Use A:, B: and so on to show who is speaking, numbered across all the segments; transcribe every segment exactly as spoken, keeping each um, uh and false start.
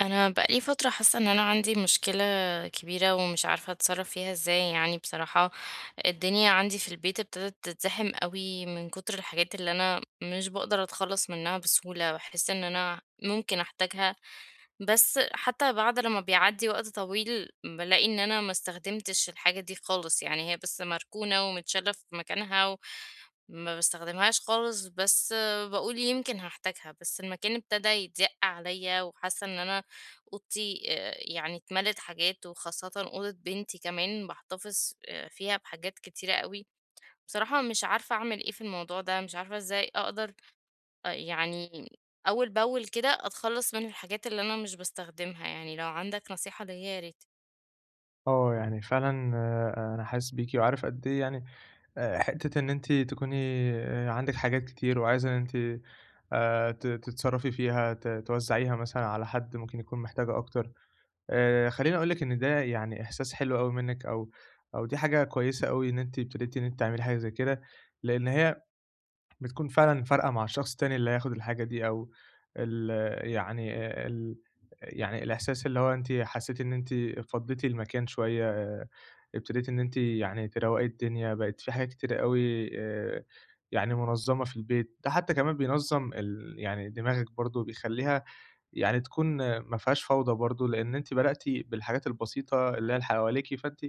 A: انا بقالي فتره حاسه ان انا عندي مشكله كبيره ومش عارفه اتصرف فيها ازاي، يعني بصراحه الدنيا عندي في البيت ابتدت تتزحم قوي من كتر الحاجات اللي انا مش بقدر اتخلص منها بسهوله، بحس ان انا ممكن احتاجها. بس حتى بعد لما بيعدي وقت طويل بلاقي ان انا ما استخدمتش الحاجه دي خالص، يعني هي بس مركونه ومتشاله في مكانها و... ما بستخدمهاش خالص، بس بقول يمكن هحتاجها. بس المكان ابتدى يضيق عليا وحاسه ان انا أوضتي آآ يعني اتملت حاجات، وخاصةً أوضة بنتي كمان باحتفظ آآ فيها بحاجات كتيرة أوي. بصراحة مش عارفة أعمل إيه في الموضوع ده، مش عارفة إزاي أقدر آآ يعني أول بأول كده أتخلّص من الحاجات اللي أنا مش باستخدمها. يعني لو عندك نصيحة ليّا يا ريت.
B: آه، يعني فعلًا آآ أنا حاسس بيكِ وعارف قد إيه. يعني آآ حتّة إن أنتِ تكوني آآ عندِك حاجات كتير، وعايزة إن أنتِ آآ ت تتصرّفي فيها، ت توزّعيها مثلًا على حد ممكن يكون محتاجها أكتر. آآ خلّيني أقول لِك إن ده يعني إحساس حلو أوي منِّك، أو أو دي حاجة كويسة أوي إن أنتِ ابتديتِ إن أنتِ تعملي حاجة زي كده، لإن هي بتكون فعلًا فارقة مع الشخص التاني اللي هياخد الحاجة دي. أو ال يعني آآ ال يعني الإحساس اللي هو أنتِ حسّيتِ إن أنتِ فضّيتِ المكان شوية، ابتديتِ إن أنتِ يعني تروّقي الدنيا، بقت في حاجات كتيرة أوي آآ يعني منظّمة في البيت. ده حتّى كمان بينظّم ال يعني دماغِك برضه، بيخلّيها يعني تكون، آه، ما فيهاش فوضى برضه، لإن أنتِ بدأتِ بالحاجات البسيطة اللي هي اللي حواليكِ. فأنتِ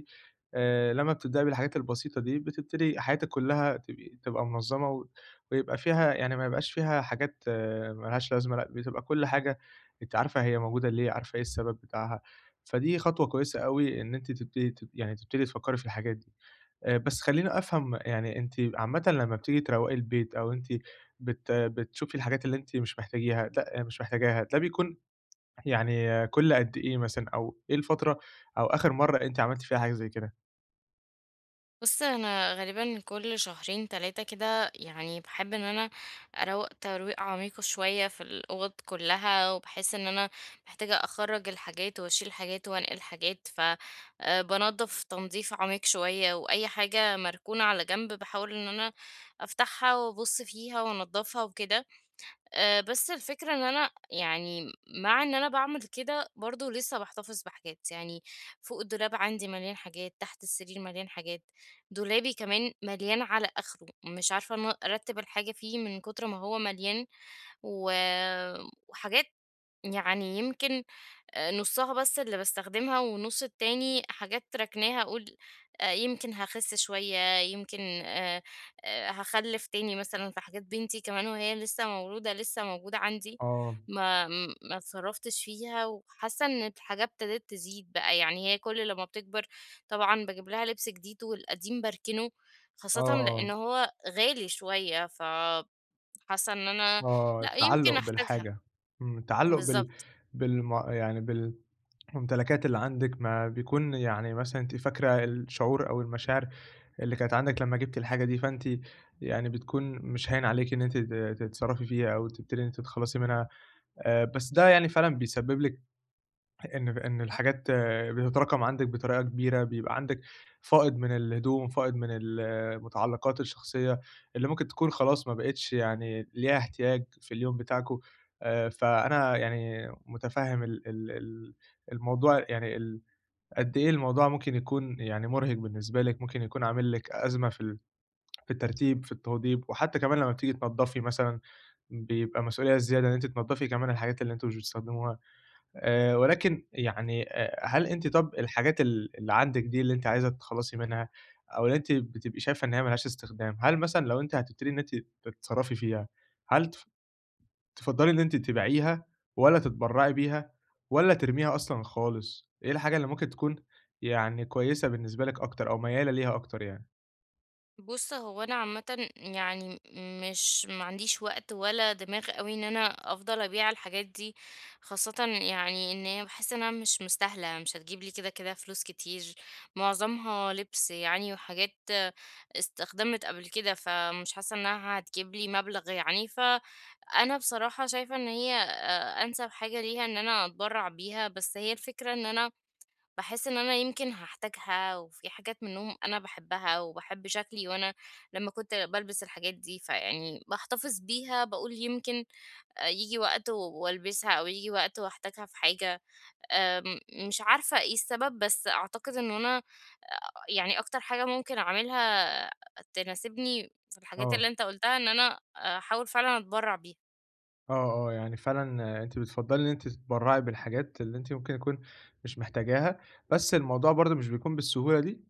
B: آآ لمّا بتبدئي بالحاجات البسيطة دي، بتبتدي حياتِك كلّها تبقي تبقى منظّمة، و ويبقى فيها، يعني ما يبقاش فيها حاجات ما لهاش لازمة، لأ، بتبقى كل حاجة أنتِ عارفة هي موجودة ليه، عارفة إيه السبب بتاعها. فدي خطوة كويسة أوي إن أنتِ تبتدي تب يعني تبتدي تفكّري في الحاجات دي. آآ بس خلّيني أفهم. يعني أنتِ عامةً لمّا بتيجي تروّقي البيت، أو أنتِ بت بتشوفي الحاجات اللي أنتِ مش محتاجيها، لأ مش محتاجاها، ده بيكون يعني، آه، كل قد إيه مثلًا؟ أو إيه الفترة، أو آخر مرّة أنتِ عملتِ فيها حاجة زي كده؟
A: بُص، أنا غالبًا كل شهرين تلاتة كده يعني باحب إن أنا أروّق ترويقة عميقة شوية في الأوض كلها، وباحس إن أنا محتاجة أخرّج الحاجات وأشيل حاجات وأنقل حاجات. ف آآ بانضّف تنضيف عميق شوية، وأي حاجة مركونة على جنب باحاول إن أنا أفتحها وأبُص فيها وأنضّفها وكده. آآ، بس الفكرة إن أنا يعني مع إن أنا باعمل كده برضه لسه باحتفظ بحاجات. يعني فوق الدولاب عندي مليان حاجات، تحت السرير مليان حاجات، دولابي كمان مليان على آخره، مش عارفة إن أنا أرتّب الحاجة فيه من كتر ما هو مليان. و وحاجات يعني يمكن آآ نُصّها بس اللي باستخدمها، والنُص التاني حاجات ركناها. أقول آآ يمكن هاخِس شوية، يمكن آآ آآ هاخلِّف تاني مثلًا. فحاجات بنتي كمان وهي لسه مولودة لسه موجودة عندي،
B: آه.
A: ما م ما اتصرّفتش فيها، وحاسة إن الحاجة ابتدت تزيد بقى. يعني هي كل لمّا بتكبر طبعًا باجيب لها لِبْس جديد والقديم باركنه،
B: آه،
A: خاصةً لإن
B: آه،
A: هو غالي شوية. فحاسة إن أنا
B: آه،
A: لأ، يمكن
B: التعلُّق
A: أحتاجها.
B: بالحاجة. إمم، التعلُّق بال
A: بالضبط.
B: بالم يعني بالممتلكات اللي عندِك. ما بيكون يعني مثلًا أنتِ فاكرة الشعور أو المشاعر اللي كانت عندِك لمّا جبتِ الحاجة دي، فأنتِ يعني بتكون مش هاين عليكِ إن أنتِ ت تتصرّفي فيها أو تبتدي إن أنتِ تتخلّصي منها. آآ، بس ده يعني فعلًا بيسبب لِك إن إن الحاجات، آه، بتتراكم عندِك بطريقة كبيرة، بيبقى عندِك فائض من الهدوم، فائض من المتعلقات الشخصية اللي ممكن تكون خلاص ما بقتش يعني ليها احتياج في اليوم بتاعكم. آآ، فأنا يعني متفهم ال ال ال الموضوع. يعني ال قد إيه الموضوع ممكن يكون يعني مُرهق بالنسبة لِك، ممكن يكون عامل لِك أزمة في ال في الترتيب، في التوضيب، وحتى كمان لمّا بتيجي تنضّفي مثلًا بيبقى مسؤولية زيادة إن أنتِ تنضّفي كمان الحاجات اللي أنتم مش بتستخدموها. آآ ولكن يعني، آآ هل أنتِ، طَب الحاجات ال اللي عندِك دي اللي أنتِ عايزة تتخلّصي منها، أو اللي أنتِ بتبقي شايفة إن هي ما لهاش استخدام، هل مثلًا لو أنتِ هتبتدي إن أنتِ تتصرّفي فيها، هل تف تفضّلي إن أنتِ تبيعيها، والّا تتبرّعي بيها، والّا ترميها أصلًا خالص؟ إيه الحاجة اللي ممكن تكون يعني كويسة بالنسبة لِك أكتر، أو ميّالة ليها أكتر يعني؟
A: بُص، هو أنا عامةً يعني مش، ما عنديش وقت ولا دماغ أوي إن أنا أفضل أبيع الحاجات دي، خاصةً يعني إن هي باحس إنها مش مستاهلة، مش هتجيب لي كده، كده فلوس كتير. معظمها لبس يعني وحاجات استخدمت قبل كده، فمش حاسة إنها هتجيب لي مبلغ يعني. فأنا بصراحة شايفة إن هي أ أنسب حاجة ليها إن أنا أتبرّع بيها. بس هي الفكرة إن أنا باحس إن أنا يمكن هاحتاجها، وفي حاجات منهم أنا باحبها وباحب شكلي وأنا لمّا كنت بالبس الحاجات دي، فيعني باحتفظ بيها باقول يمكن آآ ييجي وقت و- والبسها، أو ييجي وقت واحتاجها في حاجة. آمم مش عارفة إيه السبب، بس أعتقد إنه أنا يعني أكتر حاجة ممكن أعملها تناسبني في الحاجات
B: آه،
A: اللي أنت قُلتها إن أنا أحاول فعلًا أتبرّع بيها.
B: آه، آه، يعني فعلًا آه، أنتِ بتفضّلي إن أنتِ تتبرّعي بالحاجات اللي أنتِ ممكن يكون مش محتاجاها. بس الموضوع برضه مش بيكون بالسهولة دي؟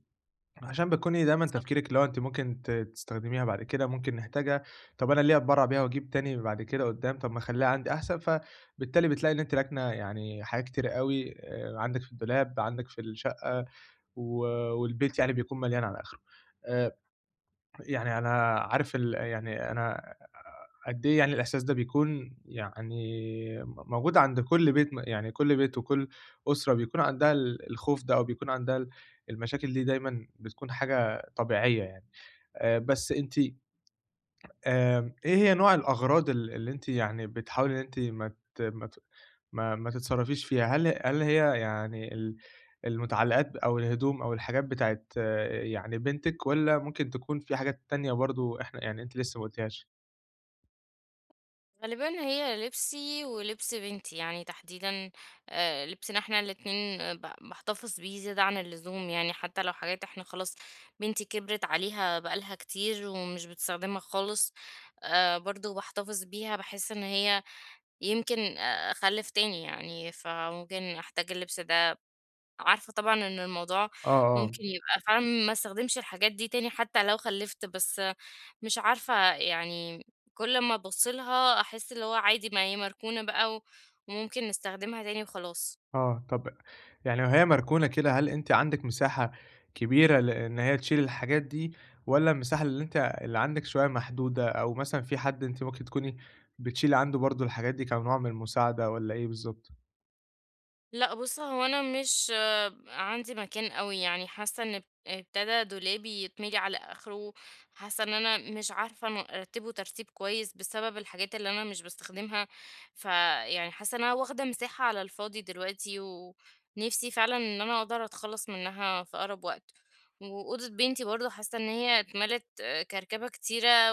B: عشان بتكوني دايمًا تفكيرِك اللي هو أنتِ ممكن ت تستخدميها بعد كده، ممكن نحتاجها، طب أنا ليه أتبرّع بيها وأجيب تاني بعد كده قدّام، طب ما أخلّيها عندي أحسن. فبالتالي بتلاقي إن أنتِ راكنة يعني حاجات كتيرة أوي، آآ، عندِك في الدولاب، عندِك في الشقة، و والبيت يعني بيكون مليان على آخره. آآ يعني أنا عارف ال يعني أنا قد إيه يعني الإحساس ده بيكون يعني م موجود عند كل بيت، م يعني كل بيت وكل أسرة بيكون عندها ال الخوف ده، أو بيكون عندها ال المشاكل دي. دايمًا بتكون حاجة طبيعية يعني. آآ بس أنتِ، آمم، إيه هي نوع الأغراض ال اللي أنتِ يعني بتحاولي إن أنتِ ما ت ما ت ما ما تتصرّفيش فيها؟ هل هل هي يعني ال المُتعلّقات أو الهدوم أو الحاجات بتاعة يعني بنتِك، والّا ممكن تكون في حاجات تانية برضه إحنا، يعني أنتِ لسه ما قُلتيهاش؟
A: غالبًا هي لبسي ولبس بنتي، يعني تحديدًا آآ لبسنا إحنا الاتنين. آه، ب باحتفظ بيه زيادة عن اللزوم، يعني حتى لو حاجات إحنا خلاص بنتي كبرت عليها بقى لها كتير ومش بتستخدمها خالص، آآ برضه باحتفظ بيها. باحس إن هي يمكن آه، أخلِّف تاني يعني، فممكن أحتاج اللبس ده. عارفة طبعًا إن الموضوع
B: آه، آه.
A: ممكن يبقى فعلًا ما استخدمش الحاجات دي تاني حتى لو خلّفت، بس مش عارفة يعني كل ما أبُص لها أحس اللي هو عادي ما هي مركونة بقى، و وممكن نستخدمها تاني وخلاص.
B: آه، طب يعني وهي مركونة كده، هل أنتِ عندِك مساحة كبيرة لإن هي تشيل الحاجات دي، والّا المساحة اللي أنتِ، اللي عندِك شوية محدودة، أو مثلًا في حد أنتِ ممكن تكوني بتشيلي عنده برضه الحاجات دي كنوع من المساعدة، والّا إيه بالضبط؟
A: لأ بُص، هو أنا مش آه، عندي مكان أوي، يعني حاسة إن اب ابتدى دولابي يتملي على آخره. حاسة إن أنا مش عارفة إن أرتبه ترتيب كويس بسبب الحاجات اللي أنا مش باستخدمها، فيعني حاسة إن أنا واخدة مساحة على الفاضي دلوقتي، ونفسي فعلًا إن أنا أقدر أتخلص منها في أقرب وقت. وأوضة بنتي برضه حاسة إن هي اتملت آه، كركبة كتيرة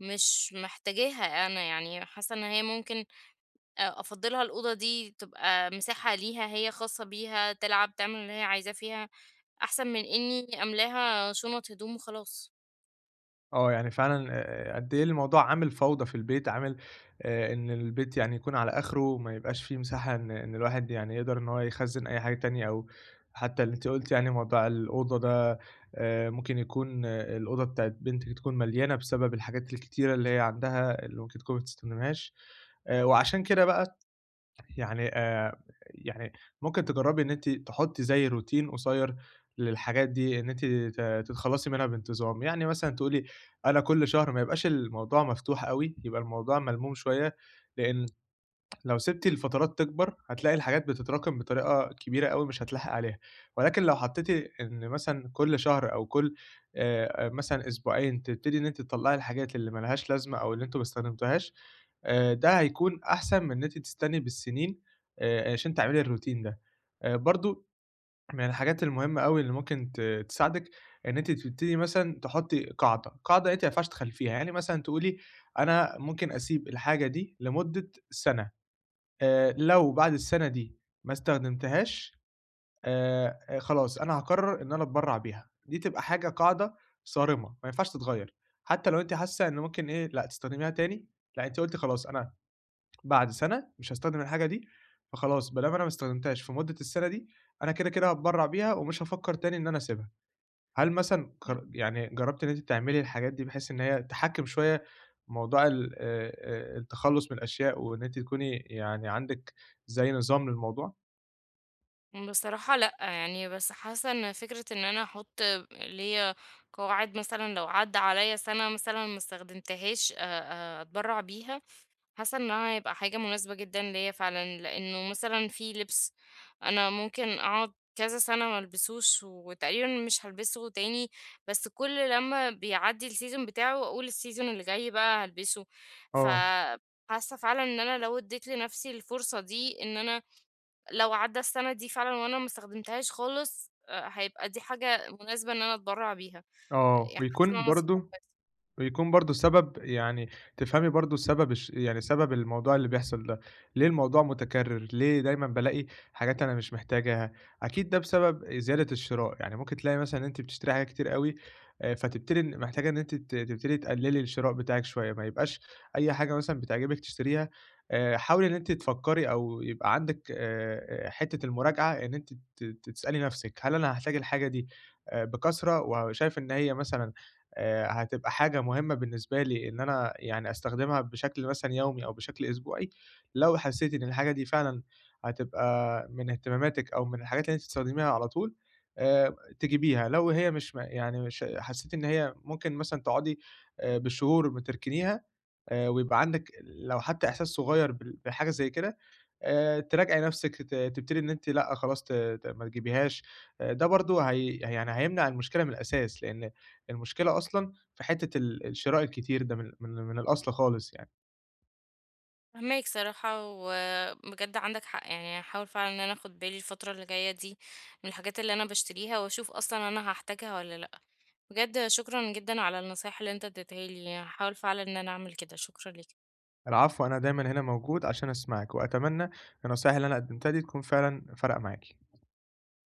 A: ومش محتاجاها أنا. يعني حاسة إن هي ممكن آآ أفضّلها الأوضة دي تبقى مساحة ليها هي خاصة بيها، تلعب، تعمل اللي هي عايزاه فيها، أحسن من إنّي أملاها شُنط هدوم وخلاص.
B: آه، يعني فعلًا آآ قد إيه الموضوع عامل فوضى في البيت، عامل آآ إن البيت يعني يكون على آخره وما يبقاش فيه مساحة إن إن الواحد يعني يقدر إن هو يخزّن أي حاجة تانية. أو حتى اللي أنتِ قُلتِ يعني موضوع الأوضة ده، آآ ممكن يكون آه، الأوضة بتاعة بنتِك تكون مليانة بسبب الحاجات الكتيرة اللي هي عندها، اللي ممكن تكون ما بتستخدمهاش. آآ وعشان كده بقى يعني، آآ، يعني ممكن تجرّبي إن أنتِ تحُطّي زي روتين قصيّر للحاجات دي، إن أنتِ ت تتخلّصي منها بانتظام، يعني مثلًا تقولي أنا كل شهر ما يبقاش الموضوع مفتوح أوي، يبقى الموضوع ملموم شوية. لإن لو سِبتِ الفترات تكبر، هتلاقي الحاجات بتتراكم بطريقة كبيرة أوي، مش هتلاحقي عليها. ولكن لو حطّيتِ إن مثلًا كل شهر أو كل، آآ، مثلًا أسبوعين تبتدي إن أنتِ تطلّعي الحاجات اللي ما لهاش لازمة أو اللي أنتم ما استخدمتوهاش، آآ ده هيكون أحسن من إن أنتِ تستني بالسنين آآ عشان تعملي الروتين ده. آآ برضه من الحاجات المهمة أوي اللي ممكن ت تساعدِك إن أنتِ تبتدي مثلًا تحطّي قاعدة. قاعدة أنتِ ما ينفعش تخلّفيها، يعني مثلًا تقولي أنا ممكن أسيب الحاجة دي لمدة سَنة، آآ لو بعد السَنة دي ما استخدمتهاش، آآ خلاص أنا هاقرر إن أنا أتبرّع بيها، دي تبقى حاجة، قاعدة صارمة ما ينفعش تتغيّر. حتى لو أنتِ حاسة إن ممكن، إيه، لأ تستخدميها تاني، لأ، أنتِ قُلتِ خلاص أنا بعد سنة مش هاستخدم الحاجة دي، فخلاص ما دام أنا ما استخدمتهاش في مدة السنة دي، أنا كده، كده هاتبرّع بيها ومش هافكّر تاني إن أنا أسيبها. هل مثلًا قر يعني جرّبتِ إن أنتِ تعملي الحاجات دي بحيث إن هي تحكّم شوية موضوع ال آآ آآ التخلُّص من الأشياء، وإن أنتِ تكوني يعني عندِك زي نظام للموضوع؟
A: بصراحة لأ، يعني بس حاسة إن فكرة إن أنا أحُط ليّا قواعد، مثلًا لو عدّى عليّا سَنة مثلًا ما استخدمتهاش آآ أتبرّع بيها، حاسة إن أنا هيبقى حاجة مناسبة جدًا ليّا فعلًا. لإنه مثلًا في لبس أنا ممكن أقعد كذا سنة ما ألبسوش، وتقريبًا مش هالبسه تاني، بس كل لمّا بيعدّي السيزون بتاعه أقول السيزون اللي جاي بقى هالبسه.
B: آه،
A: فحاسة فعلًا إن أنا لو اديت لنفسي الفرصة دي إن أنا لو عدّى السنة دي فعلًا وأنا ما استخدمتهاش خالص، آآ هيبقى دي حاجة مناسبة إن أنا أتبرّع بيها.
B: آه،
A: يعني حاسة
B: ويكون
A: إنها نصيحة
B: برضه
A: كويسة.
B: ويكون برضه السبب، يعني تفهمي برضه السبب الش يعني سبب الموضوع اللي بيحصل ده، ليه الموضوع متكرر، ليه دايمًا بالاقي حاجات أنا مش محتاجاها. أكيد ده بسبب زيادة الشراء، يعني ممكن تلاقي مثلًا إن أنتِ بتشتري حاجات كتير أوي. آآ، فتبتدي إن محتاجة إن أنتِ ت تبتدي تقللي الشراء بتاعِك شوية، ما يبقاش أي حاجة مثلًا بتعجبِك تشتريها. آآ، حاولي إن أنتِ تفكّري أو يبقى عندِك، آآ، حتة المراجعة إن أنتِ ت تسألي نفسِك هل أنا هاحتاج الحاجة دي آآ، بكثرة، وشايف إن هي مثلًا آآ هتبقى حاجة مهمة بالنسبة لي إن أنا يعني أستخدمها بشكل مثلًا يومي أو بشكل أسبوعي. لو حسّيتِ إن الحاجة دي فعلًا هتبقى من اهتماماتِك أو من الحاجات اللي أنتِ بتستخدميها على طول، آآ تجيبيها. لو هي مش م يعني مش حسّيتِ إن هي ممكن مثلًا تقعدي آآ بالشهور ما تركنيها، آآ ويبقى عندِك لو حتى إحساس صغير بال بحاجة زي كده، آآ تراجعي نَفْسِك، ت تبتدي إن أنتِ لأ خلاص ت ت ما تجيبيهاش. آآ ده برضه هي يعني هيمنع المشكلة من الأساس، لإن المشكلة أصلًا في حتّة ال الشراء الكتير ده من من من الأصل خالص يعني.
A: فهماك صراحة، وبجد عندك حق. يعني هحاول فعلا ان انا اخد بالي الفترة اللي جاية دي من الحاجات اللي انا بشتريها، واشوف اصلا انا هحتاجها ولا لا. بجد شكرا جدا على النصايح اللي انت اديتها لي، هحاول فعلا ان انا اعمل كده. شكرا ليك.
B: العفو. أنا دايمًا هنا موجود عشان أسمعِك، وأتمنى النصايح اللي أنا قدّمتها دي تكون فعلًا فارقة معاكِ.